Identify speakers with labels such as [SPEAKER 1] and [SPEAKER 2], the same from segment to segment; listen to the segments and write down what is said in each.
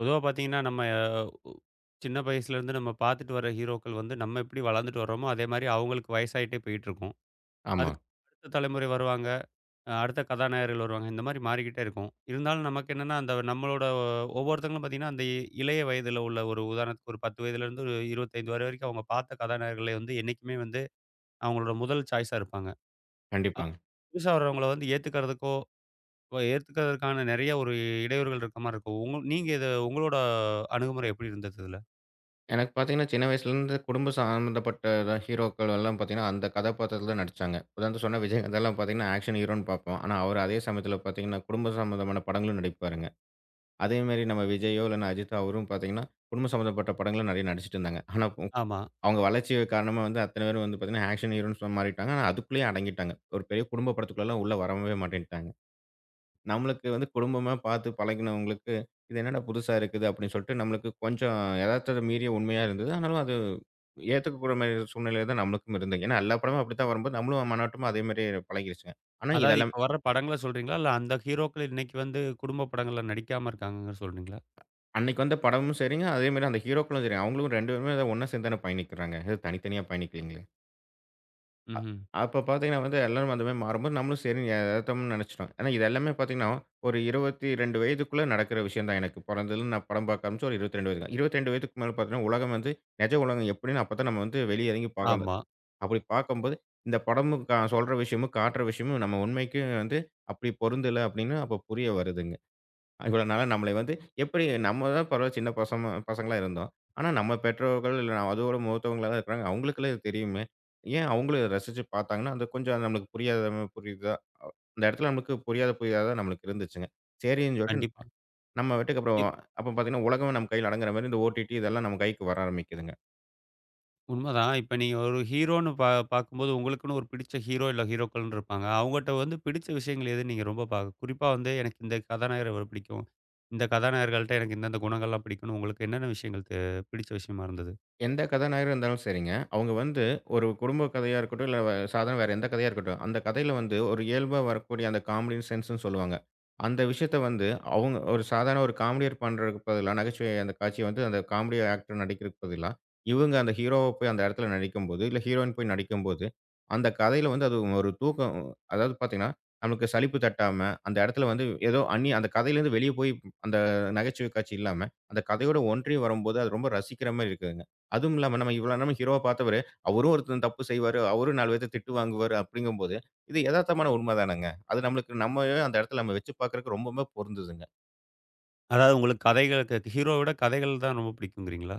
[SPEAKER 1] பொதுவா பார்த்தீங்கன்னா, நம்ம உ சின்ன வயசுலேருந்து நம்ம பார்த்துட்டு வர ஹீரோக்கள் வந்து, நம்ம எப்படி வளர்ந்துட்டு வர்றோமோ, அதே மாரி அவங்களுக்கு வயசாயிட்டே போயிட்டுருக்கும்.
[SPEAKER 2] ஆமா.
[SPEAKER 1] அதுக்கு அடுத்த தலைமுறை வருவாங்க. அடுத்த கதாநாயகர்கள் வருவாங்க. இந்த மாரி மாறிக்கிட்டே இருக்கும். இருந்தாலும் நமக்கு என்னன்னா, அந்த நம்மளோட ஒவ்வொருத்தங்களும் பார்த்தீங்கன்னா, அந்த இளைய வயதில உள்ள ஒரு உதாரணத்துக்கு ஒரு 10 வயதிலேருந்து ஒரு 25 வரை வரைக்கும் அவங்க பார்த்த கதாநாயகர்களே வந்து என்னைக்குமே வந்து அவங்களோட முதல் சாய்ஸா இருப்பாங்க.
[SPEAKER 2] கண்டிப்பாங்க.
[SPEAKER 1] புதுசா வர்றவங்கள வந்து ஏத்துக்கிறதுக்கோ, ஏத்துக்கிறதற்கான நெறைய ஒரு இடையூறுகள் இருக்க மாரி இருக்கும். நீங்க இத உங்களோட அணுகுமுறை எப்படி இருந்தது இதுல?
[SPEAKER 2] எனக்கு பார்த்தீங்கன்னா, சின்ன வயசுலேருந்து குடும்ப சம்மந்தப்பட்ட ஹீரோக்கள் எல்லாம் பார்த்தீங்கன்னா, அந்த கதாபாத்திரத்தில நடிச்சாங்க. உதாரணத்துக்கு சொன்னா விஜயகாந்தெல்லாம் பார்த்தீங்கன்னா, ஆக்ஷன் ஹீரோன்னு பார்ப்போம். ஆனா, அவர் அதே சமயத்தில பார்த்தீங்கன்னா, குடும்ப சம்மந்தமான படங்களும் நடிப்பாருங்க. அதேமாரி நம்ம விஜயோ இல்லன்னா அஜித்தோ அவரும் பார்த்தீங்கன்னா, குடும்ப சம்மந்தப்பட்ட படங்களும் நெறைய நடிச்சிட்டு இருந்தாங்க. ஆனா,
[SPEAKER 1] ஆமா.
[SPEAKER 2] அவங்க வளர்ச்சி காரணமா வந்து அத்தன பேரும் வந்து பார்த்தீங்கன்னா, ஆக்ஷன் ஹீரோன்னு மாறிட்டாங்க. ஆனா, அதுக்குள்ளேயே அடங்கிட்டாங்க. ஒரு பெரிய குடும்ப படத்துக்குள்ளலாம் உள்ள வரவே மாட்டேன்ட்டாங்க. நம்மளுக்கு வந்து குடும்பமா பார்த்து பழகினவங்களுக்கு, இது என்னடா புதுசா இருக்குது அப்படின்னு சொல்லிட்டு நம்மளுக்கு கொஞ்சம் எதார்த்தத மீறிய உண்மையா இருந்தது. ஆனாலும் அது ஏத்துக்கக்கூடிய மாரி சூழ்நிலையில தான் நம்மளுக்கும் இருந்தது. ஏன்னா எல்லா படமும் அப்படித்தான் வரும்போது நம்மளும் மனோட்டமா அதே மாரி பழகிருச்சுங்க. ஆனா
[SPEAKER 1] அதாவது
[SPEAKER 2] இதெல்லாம்
[SPEAKER 1] இப்ப வர்ற படங்கள சொல்றீங்களா? இல்ல அந்த ஹீரோக்கள் இன்னைக்கு வந்து குடும்ப படங்கள்ல நடிக்காம இருக்காங்கன்னு சொல்றீங்களா?
[SPEAKER 2] அன்னைக்கு வந்த படமும் சரிங்க, அதே மாரி அந்த ஹீரோக்களும் சரி அவங்களும் 2 பேருமே ஒண்ணா சேர்ந்து தானே பயணிக்கிறாங்க. எதுவும் தனித்தனியா பயணிக்கலீங்களே!
[SPEAKER 1] ம்ஹ்ம்.
[SPEAKER 2] அப்ப பார்த்தீங்கன்னா வந்து, எல்லாரும் அந்த மாரி மாறும்போது, நம்மளும் சரி எதார்த்தம்னு நெனச்சுட்டோம். ஆனா இது எல்லாமே பார்த்தீங்கன்னா, ஒரு 22 வயதுக்குள்ள நடக்கிற விஷயம் தான் எனக்கு. பொறந்ததுலருந்து நான் படம் பார்க்க ஆரம்பிச்சு ஒரு 22 வயது தான். 22 வயதுக்கு மேல பார்த்தீங்கன்னா, உலகம் வந்து நெஜ உலகம் எப்டின்னு அப்ப தான் நம்ம வந்து வெளிய இறங்கி பார்க்கணும்.
[SPEAKER 1] ஆமா.
[SPEAKER 2] அப்டி பார்க்கும்போது, இந்த படமும் சொல்ற விஷயமும், காட்டுற விஷயமும் நம்ம உண்மைக்கும் வந்து அப்டி பொருந்தல அப்டின்னு அப்ப புரிய வருதுங்க. இவ்வளோ நாளா நம்மளை வந்து எப்படி நம்ம தான் பரவாயில்ல சின்ன பசங்களா இருந்தோம். ஆனா நம்ம பெற்றோர்கள் இல்ல அதோட மூத்தவங்களா தான் இருக்கிறாங்க. அவங்களுக்கெல்லாம் இது தெரியுமே! ஏன் அவங்களும் இத ரசிச்சு பார்த்தாங்கன்னா, அது கொஞ்சம் அது நம்மளுக்கு புரியாத புரியுதா? அந்த இடத்துல நமக்கு புரியாததா நம்மளுக்கு இருந்துச்சுங்க. சரின்னு சொல்லிட்டு
[SPEAKER 1] கண்டிப்பா.
[SPEAKER 2] நம்ம பாட்டுக்கு அப்புறம்
[SPEAKER 1] இப்
[SPEAKER 2] அப்ப பார்த்தீங்கன்னா, உலகம் நம்ம கையில அடங்குற மாரி இந்த ஓடிடி இதெல்லாம் நம்ம கைக்கு வர ஆரம்பிக்குதுங்க.
[SPEAKER 1] உண்மதான். இப்ப நீங்க ஒரு ஹீரோன்னு பா பார்க்கும்போது உங்களுக்குன்னு ஒரு பிடிச்ச ஹீரோ இல்ல ஹீரோக்கள்ன்னு இருப்பாங்க. அவங்கட்ட வந்து பிடிச்ச விஷயங்கள் எது நீங்க ரொம்ப பா குறிப்பா வந்து எனக்கு இந்த கதாநாயகர இவர பிடிக்கும். இந்த கதாநாயகர்கள்ட்ட எனக்கு இந்தந்த குணங்கள்லாம் பிடிக்கும்னு உங்களுக்கு என்னென்ன விஷயங்கள் தெ பிடிச்ச விஷயமா இருந்தது?
[SPEAKER 2] எந்த கதாநாயகரா இருந்தாலும் சரிங்க. அவங்க வந்து ஒரு குடும்ப கதையா இருக்கட்டும், இல்ல சாதாரண வேற எந்த கதையா இருக்கட்டும், அந்த கதையில வந்து ஒரு இயல்பா வரக்கூடிய அந்த காமெடி சென்ஸ்ன்னு சொல்லுவாங்க. அந்த விஷயத்த வந்து அவங்க ஒரு சாதாரண ஒரு காமெடியர் பண்றதுக்கு பதிலா, நகைச்சுவை அந்த காட்சிய வந்து அந்த காமெடி ஆக்டர் நடிக்கிறதுக்கு பதிலா, இவங்க அந்த ஹீரோவ போய் அந்த இடத்துல நடிக்கும்போது, இல்ல ஹீரோயின் போய் நடிக்கும்போது, அந்த கதையில வந்து அது ஒரு தூக்கம் அதாவது பார்த்தீங்கன்னா, நமக்கு சலிப்பு தட்டாம, அந்த இடத்துல வந்து ஏதோ அந்நிய அந்த கதையிலேருந்து வெளிய போய் அந்த நகைச்சுவை காட்சி இல்லாம, அந்த கதையோட ஒன்றி வரும்போது, அது ரொம்ப ரசிக்கிற மாரி இருக்குதுங்க. அதுவும் இல்லாம நம்ம இவ்வளோ நேரம் ஹீரோவ பார்த்தவரு, அவரும் ஒருத்தன் தப்பு செய்வாரு. அவரும் 4 பேத்த திட்டு வாங்குவாரு அப்படிங்கும்போது, இது எதார்த்தமான உண்ம தானங்க. அது நம்மளுக்கு நம்மவே அந்த இடத்துல நம்ம வச்சு பார்க்கறக்கு ரொம்பவுமே பொருந்துதுங்க.
[SPEAKER 1] அதாவது உங்களுக்கு கதைகள் ஹீரோவ விட கதைகள் தான் ரொம்ப பிடிக்குங்கிறீங்களா?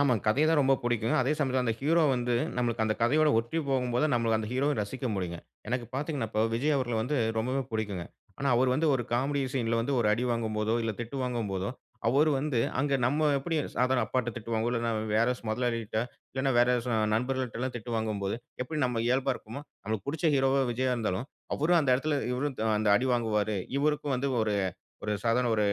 [SPEAKER 2] ஆமா. கதை தான் ரொம்ப புடிக்கும். அதே சமயத்துல அந்த ஹீரோ வந்து நம்மளுக்கு அந்த கதையோட ஒற்றி போகும்போது, நம்மளுக்கு அந்த ஹீரோவ ரசிக்க முடியுங்க. எனக்கு பாத்தீங்கன்னா, இப்போ விஜய் அவர்கள வந்து ரொம்பவே புடிக்குங்க. ஆனா, அவர் வந்து ஒரு காமெடி சீன்ல வந்து ஒரு அடி வாங்கும்போதோ, இல்ல திட்டு வாங்கும்போதோ, அவரு வந்து அங்க நம்ம எப்படி சாதாரண அப்பாட்ட திட்டு வாங்குவோம், இல்லன்னா வேற முதலாளிட்ட, இல்லன்னா வேற ஸ் நண்பர்கள்ட்டலாம் திட்டு வாங்கும்போது, எப்படி நம்ம இயல்பா இருக்குமோ, நம்மளுக்கு புடிச்ச ஹீரோவா விஜயா இருந்தாலும், அவரும் அந்த இடத்துல இவரும் அந்த அடி வாங்குவாரு. இவருக்கும் வந்து ஒரு ஒரு சாதாரண ஒரு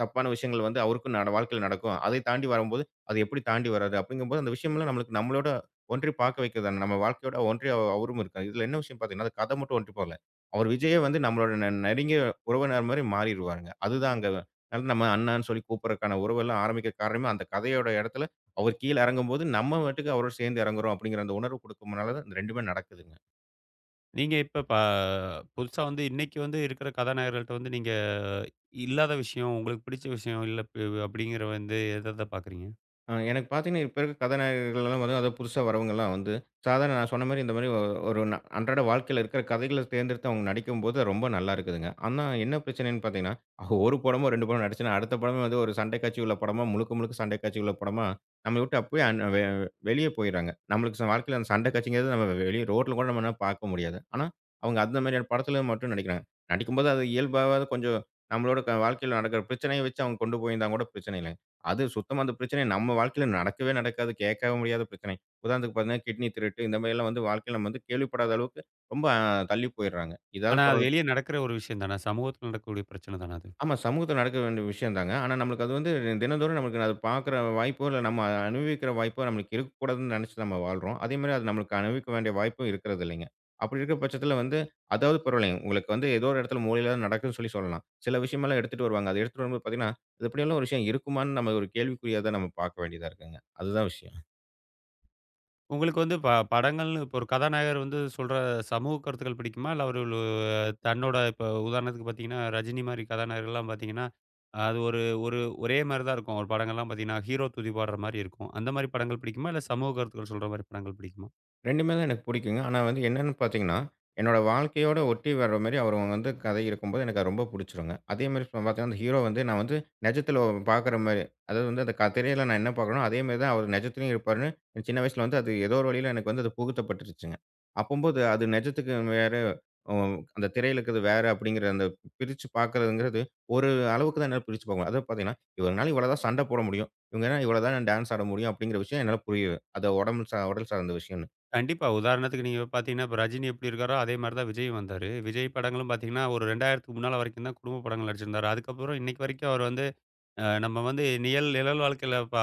[SPEAKER 2] தப்பான விஷயங்கள் வந்து அவருக்கும் நட வாழ்க்கையில நடக்கும். அதை தாண்டி வரும்போது, அது எப்படி தாண்டி வராரு? அப்படிங்கும்போது அந்த விஷயம்லாம் நம்மளுக்கு நம்மளோட ஒன்றி பார்க்க வைக்கிறது தானே. நம்ம வாழ்க்கையோட ஒன்றி அவரும் இருக்காரு. இதுல என்ன விஷயம் பார்த்தீங்கன்னா, அந்த கதை மட்டும் ஒன்றி போகல. அவர் விஜயே வந்து நம்மளோட நெருங்கிய உறவினர் மாரி மாறிருவாருங்க. அதுதான் அங்க அதனால நம்ம அண்ணான்னு சொல்லி கூப்பிடுறதுக்கான உறவெல்லாம் ஆரம்பிக்க காரணமே அந்த கதையோட இடத்துல அவர் கீழ இறங்கும்போது, நம்ம பாட்டுக்கு அவரோட சேர்ந்து இறங்குறோம் அப்படிங்கிற அந்த உணர்வு குடுக்கும்னால தான் இந்த 2மே நடக்குதுங்க.
[SPEAKER 1] நீங்க இப்ப ப புதுசா வந்து இன்னைக்கு வந்து இருக்கிற கதாநாயகர்கள்ட்ட வந்து நீங்க இல்லாத விஷயம், உங்களுக்கு பிடிச்ச விஷயம் இல்ல ப அப்படிங்கிற வந்து எத எத பார்க்குறீங்க?
[SPEAKER 2] எனக்கு பார்த்தீங்கன்னா, இப்ப இருக்க கதாநாயகர்கள் எல்லாம் வந்து அதாவது புதுசா வரவங்கலாம் வந்து, சாதாரண நான் சொன்ன மாரி இந்த மாரி ஒரு அன்றாட வாழ்க்கையில இருக்கிற கதைகள தேர்ந்தெடுத்து அவங்க நடிக்கும்போது அது ரொம்ப நல்லா இருக்குதுங்க. ஆனா என்ன பிரச்சனைன்னு பார்த்தீங்கன்னா, அவங்க ஒரு படமோ, 2 படமோ நடிச்சுனா, அடுத்த படமே வந்து ஒரு சண்டை காட்சி உள்ள படமா, முழுக்க முழுக்க சண்டை காட்சி உள்ள படமா, நம்மள விட்டு அப்பயே அன் வெ வெளிய போயிர்றாங்க. நம்மளுக்கு வாழ்க்கையில அந்த சண்டை காட்சிங்கிறது நம்ம வெளிய ரோட்ல கூட நம்மனால பார்க்க முடியாது. ஆனா, அவங்க அந்த மாரியான படத்துல மட்டும் நடிக்கிறாங்க. நடிக்கும்போது அது இயல்பாவாவது கொஞ்சம் நம்மளோட வாழ்க்கையில நடக்கிற பிரச்சனைய வச்சு அவங்க கொண்டு போயிருந்தா கூட பிரச்சனை இல்ல. அது சுத்தமா அந்த பிரச்சனை நம்ம வாழ்க்கையில நடக்கவே நடக்காது. கேட்கவும் முடியாத பிரச்சனை. உதாரணத்துக்கு பார்த்தீங்கன்னா, கிட்னி திருட்டு இந்த மாரிலாம் வந்து வாழ்க்கையில நம்ம வந்து கேள்விப்படாத அளவுக்கு ரொம்ப தள்ளி போயிடுறாங்க.
[SPEAKER 1] ஆனா,
[SPEAKER 2] இதாவது
[SPEAKER 1] அது
[SPEAKER 2] பரவால்ல
[SPEAKER 1] வெளிய நடக்கிற ஒரு விஷயம் தானே. சமூகத்தில நடக்கக்கூடிய பிரச்சனை தானே அது.
[SPEAKER 2] ஆமா. சமூகத்துல நடக்க வேண்டிய விஷயம் தாங்க. ஆனா நம்மளுக்கு அது வந்து தினந்தோறும் நமக்கு அத பார்க்குற வாய்ப்போ, இல்ல நம்ம அனுபவிக்கிற வாய்ப்போ நம்மளுக்கு இருக்கக்கூடாதுன்னு நெனச்சு நம்ம வாழ்றோம். அதே மாரி அது நம்மளுக்கு அனுபவிக்க வேண்டிய வாய்ப்பும் இருக்கிறது இல்லைங்க. அப்படி இருக்கிற பட்சத்துல வந்து அதாவது பரவாயில்லைங்க. உங்களுக்கு வந்து ஏதோ ஒரு இடத்துல மூலையில தான் நடக்குதுன்னு சொல்லி சொல்லலாம். சில விஷயமெல்லாம் எடுத்துட்டு வருவாங்க. அத எடுத்துட்டு வரும்போது பார்த்தீங்கன்னா, இது இப்படியெல்லாம் ஒரு விஷயம் இருக்குமான்னு நம்ம ஒரு கேள்விக்குறியா தான் நம்ம பார்க்க வேண்டியதா இருக்குங்க. அதுதான் விஷயம்.
[SPEAKER 1] உங்களுக்கு வந்து ப படங்கள்னு இப்போ ஒரு கதாநாயகர் வந்து சொல்ற சமூக கருத்துக்கள் பிடிக்குமா? இல்ல அவரு தன்னோட இப்போ உதாரணத்துக்கு பார்த்தீங்கன்னா, ரஜினி மாரி கதாநாயகர்கள்லாம் பார்த்தீங்கன்னா, அது ஒரு ஒரு ஒரே மாரி தான் இருக்கும். அவர் படங்கள்லாம் பார்த்தீங்கன்னா, ஹீரோ துதி பாடுற மாரி இருக்கும். அந்த மாரி படங்கள் பிடிக்குமா? இல்ல சமூக கருத்துக்கள் சொல்ற மாரி படங்கள் பிடிக்குமா?
[SPEAKER 2] 2மே தான் எனக்கு பிடிக்குங்க. ஆனா வந்து என்னன்னு பார்த்தீங்கன்னா, என்னோட வாழ்க்கையோட ஒட்டி வர்ற மாரி அவர் வந்து கதை இருக்கும்போது எனக்கு அது ரொம்ப பிடிச்சிருங்க. அதே மாரி இப்ப பார்த்தீங்கன்னா, அந்த ஹீரோ வந்து நான் வந்து நிஜத்தில பார்க்குற மாரி, அதாவது வந்து அந்த திரையில நான் என்ன பார்க்குறேனோ, அதே மாரி தான் அவர் நிஜத்திலயும் இருப்பாருன்னு, எனக்கு சின்ன வயசுல வந்து அது ஏதோ ஒரு வழியில எனக்கு வந்து அது புகுத்தப்பட்டுருச்சுங்க. அப்பம்போது அது நிஜத்துக்கு வேற, அ அந்த திரையில இருக்கிறது வேற அப்படிங்கிற அந்த பிரிச்சு பார்க்குறதுங்கிறது, ஒரு அளவுக்கு தான் என்னால பிரிச்சு பார்க்க முடியும். அதாவது பார்த்தீங்கன்னா, இவங்கனால இவ்வளோ தான் சண்டை போட முடியும். இவங்கனால இவ்வளோ தான் டான்ஸ் ஆட முடியும் அப்படிங்கிற விஷயம் என்னால புரியுது. அது உடம்பு சா உடல் சார்ந்த விஷயம்.
[SPEAKER 1] கண்டிப்பா. உதாரணத்துக்கு நீங்க பார்த்தீங்கன்னா, இப்ப ரஜினி எப்படி இருக்காரோ, அதே மாரி தான் விஜயும் வந்தாரு. விஜய் படங்களும் பார்த்தீங்கன்னா, ஒரு 2000க்கு முன்னால வரைக்கும் தான் குடும்ப படங்கள் நடிச்சிருந்தாரு. அதுக்கப்புறம் இன்னைக்கு வரைக்கும் அவர் வந்து, அ நம்ம வந்து நிழல் நிழல் வாழ்க்கையில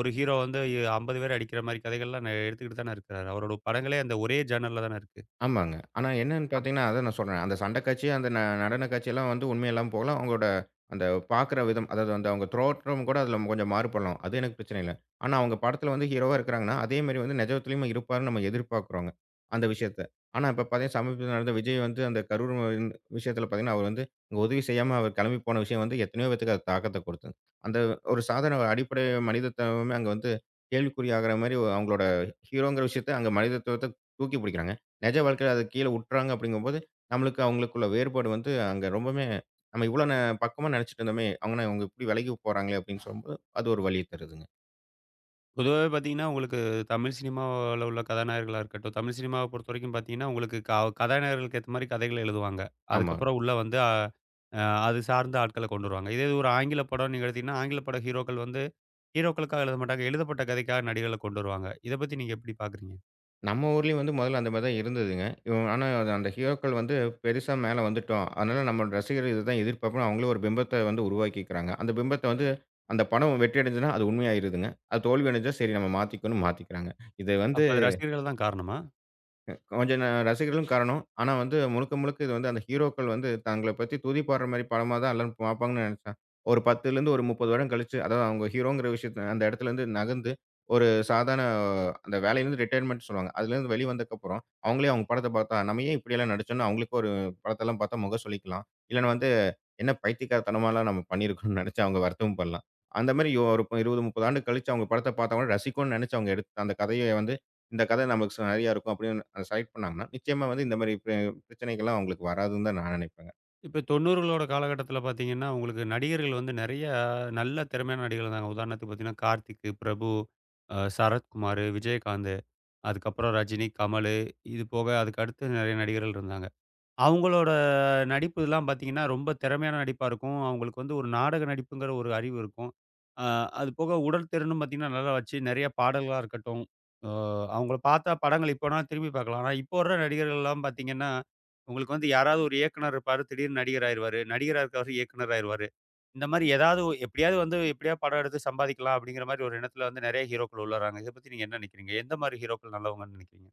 [SPEAKER 1] ஒரு ஹீரோ வந்து 50 பேர் அடிக்கிற மாரி கதைகள்லாம் நெ எடுத்துக்கிட்டு தானே இருக்கிறாரு. அவரோட படங்களே அந்த ஒரே ஜர்னல்ல தானே இருக்கு.
[SPEAKER 2] ஆமாங்க. ஆனா என்னன்னு
[SPEAKER 1] அப்
[SPEAKER 2] பார்த்தீங்கன்னா, அதான் நான் சொல்றேன். அந்த சண்ட காட்சி, அந்த நடன காட்சியெல்லாம் வந்து உண்மை இல்லாம போகலாம். அவங்களோட அந்த பார்க்குற விதம், அதாவது அந்த அவங்க தோற்றம் கூட அதில கொஞ்சம் மாறுபடலாம். அது எனக்கு பிரச்சனை இல்ல. ஆனா அவங்க படத்தில வந்து ஹீரோவா இருக்கிறாங்கன்னா, அதே மாரி வந்து நிஜத்திலயும் இருப்பாருன்னு நம்ம எதிர்பார்க்குறோங்க, அந்த விஷயத்த. ஆனா இப்ப பார்த்தீங்கன்னா, சமீபத்தில நடந்த விஜய் வந்து அந்த கரூர் விஷயத்தில பார்த்தீங்கன்னா, அவர் வந்து அங்க உதவி செய்யாம அவர் கிளம்பி போன விஷயம் வந்து எத்தனையோ பேத்துக்கு அது தாக்கத்த கொடுத்தது. அந்த ஒரு சாதாரண ஒரு அடிப்படை மனிதத்துவமே அங்க வந்து கேள்விக்குறியாகிற மாரி அவங்களோட ஹீரோங்கிற விஷயத்த அங்க மனிதத்துவத்த தூக்கி பிடிக்கிறாங்க. நிஜ வாழ்க்கையில அத கீழ உட்றாங்க அப்படிங்கும்போது, நம்மளுக்கு அவங்களுக்குள்ள வேறுபாடு வந்து அங்க ரொம்பவுமே நம்ம இவ்வளோ பக்கமா நினச்சுட்டு இருந்தோமே! அவங்கனா இவங்க இப்படி விலகி போறாங்களே அப்படின்னு சொல்லும்போது, அது ஒரு வலிய தருதுங்க.
[SPEAKER 1] பொதுவாவே பார்த்தீங்கன்னா, உங்களுக்கு தமிழ் சினிமாவுல உள்ள கதாநாயகர்களா இருக்கட்டும், தமிழ் சினிமாவ பொறுத்தவரைக்கும் பார்த்தீங்கன்னா, உங்களுக்கு க கதாநாயகர்களுக்கு ஏத்த மாரி கதைகள எழுதுவாங்க.
[SPEAKER 2] ஆமா.
[SPEAKER 1] அதுக்கப்புறம் உள்ள வந்து அது சார்ந்த ஆட்கள கொண்டு வருவாங்க. இதே இது ஒரு ஆங்கில படம்ன்னு நீங்க எடுத்தீங்கன்னா, ஆங்கில பட ஹீரோக்கள் வந்து ஹீரோக்களுக்காக எழுத மாட்டாங்க. எழுதப்பட்ட கதைக்காக நடிகர்கள கொண்டு வருவாங்க. இத பத்தி நீங்க எப்படி பார்க்குறீங்க?
[SPEAKER 2] நம்ம ஊர்லயும் வந்து முதல்ல அந்த மாரி தான் இருந்ததுங்க. ஆனா அந்த ஹீரோக்கள் வந்து பெருசா மேல வந்துட்டோம். அதனால நம்ம ரசிகர்கள் இதுதான் எதிர்பார்ப்போம்னு அவங்களே ஒரு பிம்பத்த வந்து உருவாக்கிக்கிறாங்க. அந்த பிம்பத்த வந்து அந்த படம் வெற்றி அடைஞ்சதுன்னா, அது உண்மையாயிருதுங்க. அது தோல்வி அடைஞ்சா, சரி நம்ம மாத்திக்கணும்னு மாத்திக்கிறாங்க. இது வந்து
[SPEAKER 1] அப்ப அது ரசிகர்கள் தான் காரணமா?
[SPEAKER 2] கொஞ்சம் ரசிகர்களும் காரணம். ஆனா வந்து முழுக்க, முழுக்க இது வந்து அந்த ஹீரோக்கள் வந்து தங்கள பத்தி துதி பாடுற மாரி படமா தான் எல்லாரும் பார்ப்பாங்கன்னு நெனைச்சேன். ஒரு 10லருந்து ஒரு 30 வருடம் கழிச்சு, அதாவது அவங்க ஹீரோங்கிற விஷயத்த அந்த இடத்துலருந்து நகர்ந்து, ஒரு சாதாரண அந்த வேலையிலருந்து ரிட்டயர்மென்ட் சொல்லுவாங்க. அதுலருந்து வெளி வந்ததுக்கப்புறம், அவங்களே அவங்க படத்த பார்த்தா, நம்ம ஏன் இப்படியெல்லாம் நடிச்சோம்ன்னு அவங்களுக்கும் ஒரு படத்தெல்லாம் பார்த்தா முகம் சுளிக்கலாம். இல்லன்னா வந்து என்ன பைத்தியக்காரத்தனமாலாம் நம்ம பண்ணியிருக்கோம்னு நினைச்சு அவங்க வருத்தமும் படலாம். அந்த மாரி ஒரு 20, 30 ஆண்டு கழிச்சு அவங்க படத்த பார்த்தவங்க ரசிக்கணும்னு நினைச்சு அவங்க எடுத்த அந்த கதைய வந்து, இந்த கதை நமக்கு சரியா இருக்கும் அப்படின்னு செலக்ட் பண்ணாங்கன்னா, நிச்சயமா வந்து இந்த மாரி பிரச்சனைகள்லாம் அவங்களுக்கு வராதுன்னு தான் நான் நினைப்பேங்க.
[SPEAKER 1] இப்ப 90களோட காலகட்டத்தில பார்த்தீங்கன்னா, உங்களுக்கு நடிகர்கள் வந்து நெறைய நல்ல திறமையான நடிகர்கள் இருந்தாங்க. உதாரணத்துக்கு பார்த்தீங்கன்னா, கார்த்திக்கு, பிரபு, சரத்குமாரு, விஜயகாந்த், அதுக்கப்புறம் ரஜினி, கமலு, இது போக அதுக்கு அடுத்து நெறைய நடிகர்கள் இருந்தாங்க. அவங்களோட நடிப்பு இதெல்லாம் பார்த்தீங்கன்னா, ரொம்ப திறமையான நடிப்பா இருக்கும். அவங்களுக்கு வந்து ஒரு நாடக நடிப்புங்கிற ஒரு அறிவு இருக்கும். அ அது போக உடல் திறனும் பார்த்தீங்கன்னா, நல்லா வச்சு நெறைய பாடல்களா இருக்கட்டும், அ அவங்கள பார்த்தா படங்கள் இப்போனா திரும்பி பார்க்கலாம். ஆனா, இப்போ வர நடிகர்கள்லாம் பார்த்தீங்கன்னா, உங்களுக்கு வந்து யாராவது ஒரு இயக்குனர் இருப்பாரு. திடீர்னு நடிகர் ஆயிருவாரு. நடிகரா இருக்கவரு இயக்குனர் ஆயிருவாரு. இந்த மாரி எப்படியாவது வந்து எப்படியாவது படம் எடுத்து சம்பாதிக்கலாம் அப்படிங்கிற மாரி ஒரு எண்ணத்துல வந்து நெறைய ஹீரோக்கள் உள்ள வராங்க. இத பத்தி நீங்க என்ன நினைக்கிறீங்க? எந்த மாரி ஹீரோக்கள் நல்லவங்கன்னு நினைக்கிறீங்க?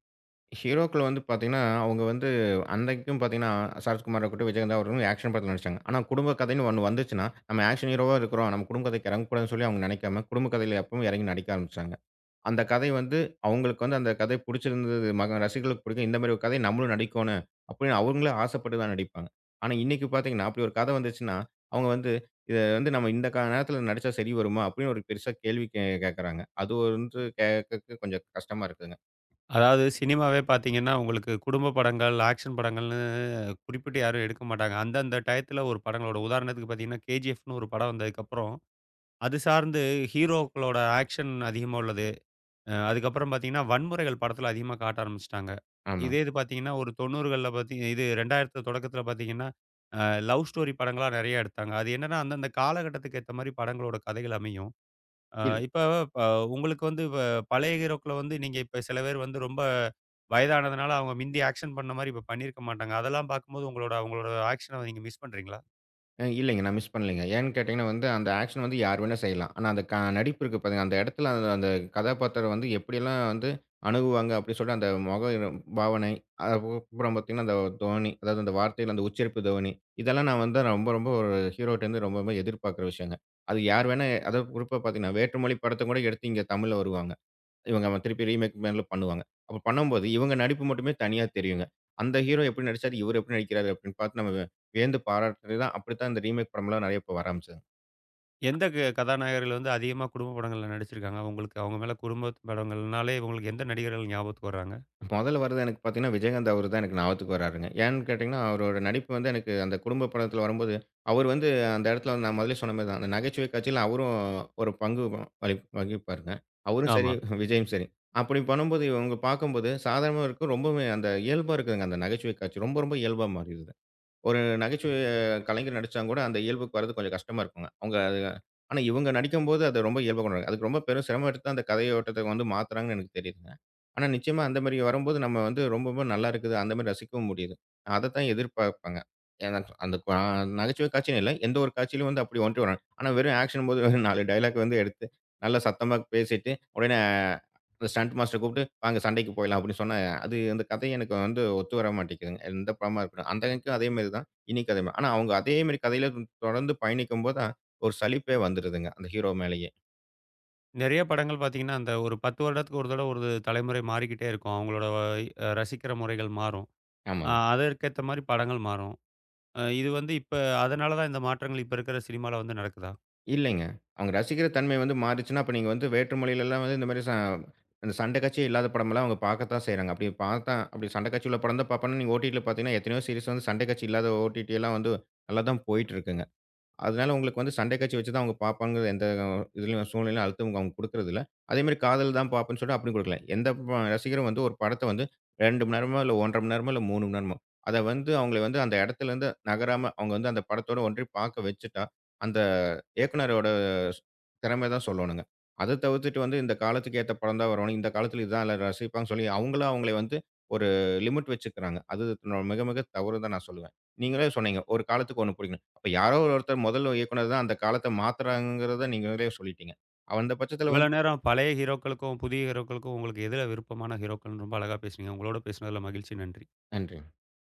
[SPEAKER 2] ஹீரோக்கள் வந்து பார்த்தீங்கன்னா, அவங்க வந்து அன்னைக்கும் பார்த்தீங்கன்னா, சரத்குமாரா இருக்கட்டும், விஜயகாந்தா இருக்கட்டும் ஆக்ஷன் படத்துல நடிச்சாங்க. ஆனா குடும்ப கதைன்னு ஒண்ணு வந்துச்சுன்னா, நம்ம ஆக்ஷன் ஹீரோவா இருக்கிறோம். நம்ம குடும்ப கதைக்கு இறங்கக்கூடாதுன்னு சொல்லி அவங்க நினைக்காம, குடும்ப கதையில எப்பவும் இறங்கி நடிக்க ஆரம்பிச்சாங்க. அந்த கதை வந்து அவங்களுக்கு வந்து அந்த கதை புடிச்சிருந்தது, மக ரசிகர்களுக்கு பிடிக்கும். இந்த மாரி ஒரு கதை நம்மளும் நடிக்கோணும். அப்படின்னு அவங்களே ஆசைப்பட்டு தான் நடிப்பாங்க. ஆனா இன்னைக்கு பார்த்தீங்கன்னா, அப்படி ஒரு கதை வந்துச்சுன்னா, அவங்க வந்து இத வந்து நம்ம இந்த நேரத்தில நடிச்சா சரி வருமா? அப்படின்னு ஒரு பெருசா கேள்வி கேட்கறாங்க. அது ஒரு வந்து கேட்கறக்கு கொஞ்சம் கஷ்டமா இருக்குதுங்க.
[SPEAKER 1] அதாவது சினிமாவே பார்த்தீங்கன்னா, உங்களுக்கு குடும்ப படங்கள், ஆக்ஷன் படங்கள்னு குறிப்பிட்டு யாரும் எடுக்க மாட்டாங்க. அந்தந்த டயத்துல ஒரு படங்களோட உதாரணத்துக்கு பார்த்தீங்கன்னா, கேஜிஎஃப்னு ஒரு படம் வந்ததுக்கப்புறம், அது சார்ந்து ஹீரோக்களோட ஆக்ஷன் அதிகமா உள்ளது. அதுக்கப்புறம் பார்த்தீங்கன்னா, வன்முறைகள் படத்துல அதிகமா காட்ட ஆரம்பிச்சுட்டாங்க.
[SPEAKER 2] ஆமா.
[SPEAKER 1] இதே இது பார்த்தீங்கன்னா, ஒரு 90கள்ல பாத்தீ இது 2000 தொடக்கத்துல பார்த்தீங்கன்னா, அ லவ் ஸ்டோரி படங்களா நெறைய எடுத்தாங்க. அது என்னன்னா, அந்தந்த காலகட்டத்துக்கு ஏத்த மாரி படங்களோட கதைகள் அமையும். அ
[SPEAKER 2] இல்
[SPEAKER 1] இப்ப ப உங்களுக்கு வந்து இப்ப பழைய ஹீரோக்கள வந்து நீங்க இப்ப சில பேர் வந்து ரொம்ப வயதானதுனால, அவங்க மிந்தி ஆக்ஷன் பண்ண மாரி இப்ப பண்ணியிருக்க மாட்டாங்க. அதெல்லாம் பார்க்கும்போது உங்களோட அவங்களோட ஆக்ஷன நீங்க மிஸ் பண்றீங்களா?
[SPEAKER 2] இல்லைங்க. நான் மிஸ் பண்ணலைங்க. ஏன்னு கேட்டீங்கன்னா வந்து, அந்த ஆக்ஷன் வந்து யார் வேணா செய்யலாம். ஆனா அந்த நடிப்பு இருக்கு பாருங்க, அந்த இடத்துல அந்த அந்த கதாபாத்திரம் வந்து எப்படியெல்லாம் வந்து அணுகுவாங்க அப்படின்னு சொல்லிட்டு அந்த முக பாவனை, அதுக்கப்புறம் பார்த்தீங்கன்னா, அந்த தொனி, அதாவது அந்த வார்த்தையில அந்த உச்சரிப்பு தொனி, இதெல்லாம் நான் வந்து ரொம்ப ரொம்ப ஒரு ஹீரோட்டேருந்து ரொம்பவுமே எதிர்பார்க்குற விஷயங்க. அது யார் வேணா அதாவது குறிப்பா பார்த்தீங்கன்னா, வேற்றுமொழி படத்த கூட எடுத்து இங்க தமிழ்ல வருவாங்க. இவங்க அவன் திருப்பி ரீமேக் மேல பண்ணுவாங்க. அப்ப பண்ணும்போது, இவங்க நடிப்பு மட்டுமே தனியா தெரியுங்க. அந்த ஹீரோ எப்படி நடிச்சாரு, இவரு எப்படி நடிக்கிறாரு அப்படின்னு பார்த்து நம்ம வியந்து பாராட்டுறது தான் அப்படித்தான் இந்த ரீமேக் படம்லாம் நெறைய இப்ப வர ஆரம்பிச்சதுங்க.
[SPEAKER 1] எந்த க கதாநாயகர்கள் வந்து அதிகமா குடும்ப படங்கள்ல நடிச்சிருக்காங்க? உங்களுக்கு அவங்க மேல குடும்ப படங்கள்னாலே உங்களுக்கு எந்த நடிகர்கள் ஞாபகத்துக்கு வர்றாங்க?
[SPEAKER 2] முதல்ல வரது எனக்கு பார்த்தீங்கன்னா, விஜயகாந்த் அவரு தான் எனக்கு ஞாபகத்துக்கு வராருங்க. ஏன்னு கேட்டீங்கன்னா, அவரோட நடிப்பு வந்து எனக்கு அந்த குடும்ப படத்துல வரும்போது, அவர் வந்து அந்த இடத்துல வந்து நான் முதலே சொன்ன மாரி தான். அந்த நகைச்சுவை காட்சியில அவரும் ஒரு பங்கு வகி வகிப்பாருங்க. அவரும் சரி,
[SPEAKER 1] ஆமா.
[SPEAKER 2] விஜயும் சரி. அப்படி பண்ணும்போது, இவங்க பார்க்கும்போது சாதாரணமா இருக்கும். ரொம்பவுமே அந்த இயல்பா இருக்குதுங்க. அந்த நகைச்சுவை காட்சி ரொம்ப ரொம்ப இயல்பா மாறிருது. ஒரு நகைச்சுவை கலைஞர் நடிச்சாங் கூட, அந்த இயல்புக்கு வரது கொஞ்சம் கஷ்டமா இருக்குங்க. அவங்க அது ஆனா இவங்க நடிக்கும்போது அது ரொம்ப இயல்பா கொண்டு வராங்க. அதுக்கு ரொம்ப பெரும் சிரமம் எடுத்து தான் அந்த கதையோட்டத்த வந்து மாத்துறாங்கன்னு எனக்கு தெரியுதுங்க. ஆனா நிச்சயமா அந்த மாரி வரும்போது நம்ம வந்து ரொம்பவே நல்லா இருக்குது. அந்த மாரி ரசிக்கவும் முடியுது. அதத்தான் எதிர்பார்ப்பேங்க. ஏன்னா அந்த நகைச்சுவை காட்சின்னு இல்ல. எந்த ஒரு காட்சியிலும் வந்து அப்படி ஒன்றிய வராங்க. ஆனா வெறும் ஆக்ஷன் போது வெறும் 4 டயலாக் வந்து எடுத்து நல்லா சத்தமா பேசிட்டு, உடனே அந்த ஸ்டண்ட் மாஸ்டர கூப்பிட்டு, "வாங்க சண்டைக்கு போயிடலாம்" அப்படின்னு சொன்னா அது அந்த கதை எனக்கு வந்து ஒத்து வர மாட்டேங்குதுங்க. எந்த படமா இருக்கட்டும். அந்த அன்னைக்கும் அதே மாரி தான். இன்னைக்கும் அதே மாரி. ஆனா அவங்க அதே மாரி கதையில தொடர்ந்து பயணிக்கும்போது தான், ஒரு சலிப்பே வந்துருதுங்க. அந்த ஹீரோ மேலேயே.
[SPEAKER 1] நெறைய படங்கள் பார்த்தீங்கன்னா, அந்த ஒரு 10 வருடத்துக்கு ஒரு தடவ ஒரு தலைமுறை மாறிக்கிட்டே இருக்கும். அவங்களோட ரசிக்கிற முறைகள் மாறும்.
[SPEAKER 2] ஆமாங்க.
[SPEAKER 1] அதற்கேத்த மாரி படங்கள் மாறும். இது வந்து இப்ப அதனால தான் இந்த மாற்றங்கள் இப்ப இருக்கிற சினிமால வந்து நடக்குதா?
[SPEAKER 2] இல்லைங்க. அவங்க ரசிக்கிற தன்மை வந்து மாறிச்சுன்னா, அப்ப நீங்க வந்து வேற்று மொழியிலலாம் வந்து இந்த மாரி அந்த சண்டை காட்சியே இல்லாத படமெல்லாம் அவங்க பார்க்கத்தான் செய்றாங்க. அப்படி பார்த்தா அப்படி சண்டை காட்சி உள்ள படம் தான் பார்ப்பாங்கன்னா, நீங்க ஓடிடில பார்த்தீங்கன்னா, எத்தனையோ சீரிஸ் வந்து சண்டை காட்சி இல்லாத ஓடிடி எல்லாம் வந்து நல்லா தான் போயிட்டு இருக்குங்க. அதனால உங்களுக்கு வந்து சண்டை காட்சி வச்சு தான் அவங்க பார்ப்பாங்கற எந்த இதுலயும் சூழ்நிலையிலும் அழுத்தம் அவங்க குடுக்குறதில்ல. அதேமாரி காதல் தான் பார்ப்பேன்னு சொல்லிட்டு அப்படியும் குடுக்கல. எந்த ரசிகரும் வந்து ஒரு படத்த வந்து 2 மணி நேரமோ, இல்ல 1 1/2 மணி நேரமோ, இல்ல 3 மணி நேரமோ, அத வந்து அவங்கள வந்து அந்த இடத்துலருந்து நகராம அவங்க வந்து அந்த படத்தோட ஒன்றி பார்க்க வச்சுட்டா, அந்த இயக்குனரோட திறமை தான் சொல்லணுங்க. அத தவிர்த்துட்டு வந்து இந்த காலத்துக்கு ஏத்த படம் தான் வரணும். இந்த காலத்துல இதுதான் எல்லாரும் ரசிப்பாங்கன்னு சொல்லி அவங்களா அவங்கள வந்து ஒரு லிமிட் வச்சுக்கிறாங்க. அது மிக மிக தவறுன்னு தான் நான் சொல்லுவேன். நீங்களே சொன்னீங்க, ஒரு காலத்துக்கு ஒண்ணு பிடிக்கணும். அப்ப யாரோ ஒரு ஒருத்தர் முதல் இயக்குனர் தான் அந்த காலத்த மாத்துறாங்கங்கிறத நீங்களே சொல்லிட்டீங்க. அந்த பட்சத்துல
[SPEAKER 1] இவ்வளோ
[SPEAKER 2] வந்து
[SPEAKER 1] நேரம் பழைய ஹீரோக்களுக்கும், புதிய ஹீரோக்களுக்கும் உங்களுக்கு எதுல விருப்பமான ஹீரோக்கள்னு ரொம்ப அழகா பேசுனீங்க. உங்களோட பேசுனதுல மகிழ்ச்சி. நன்றி.
[SPEAKER 2] நன்றி.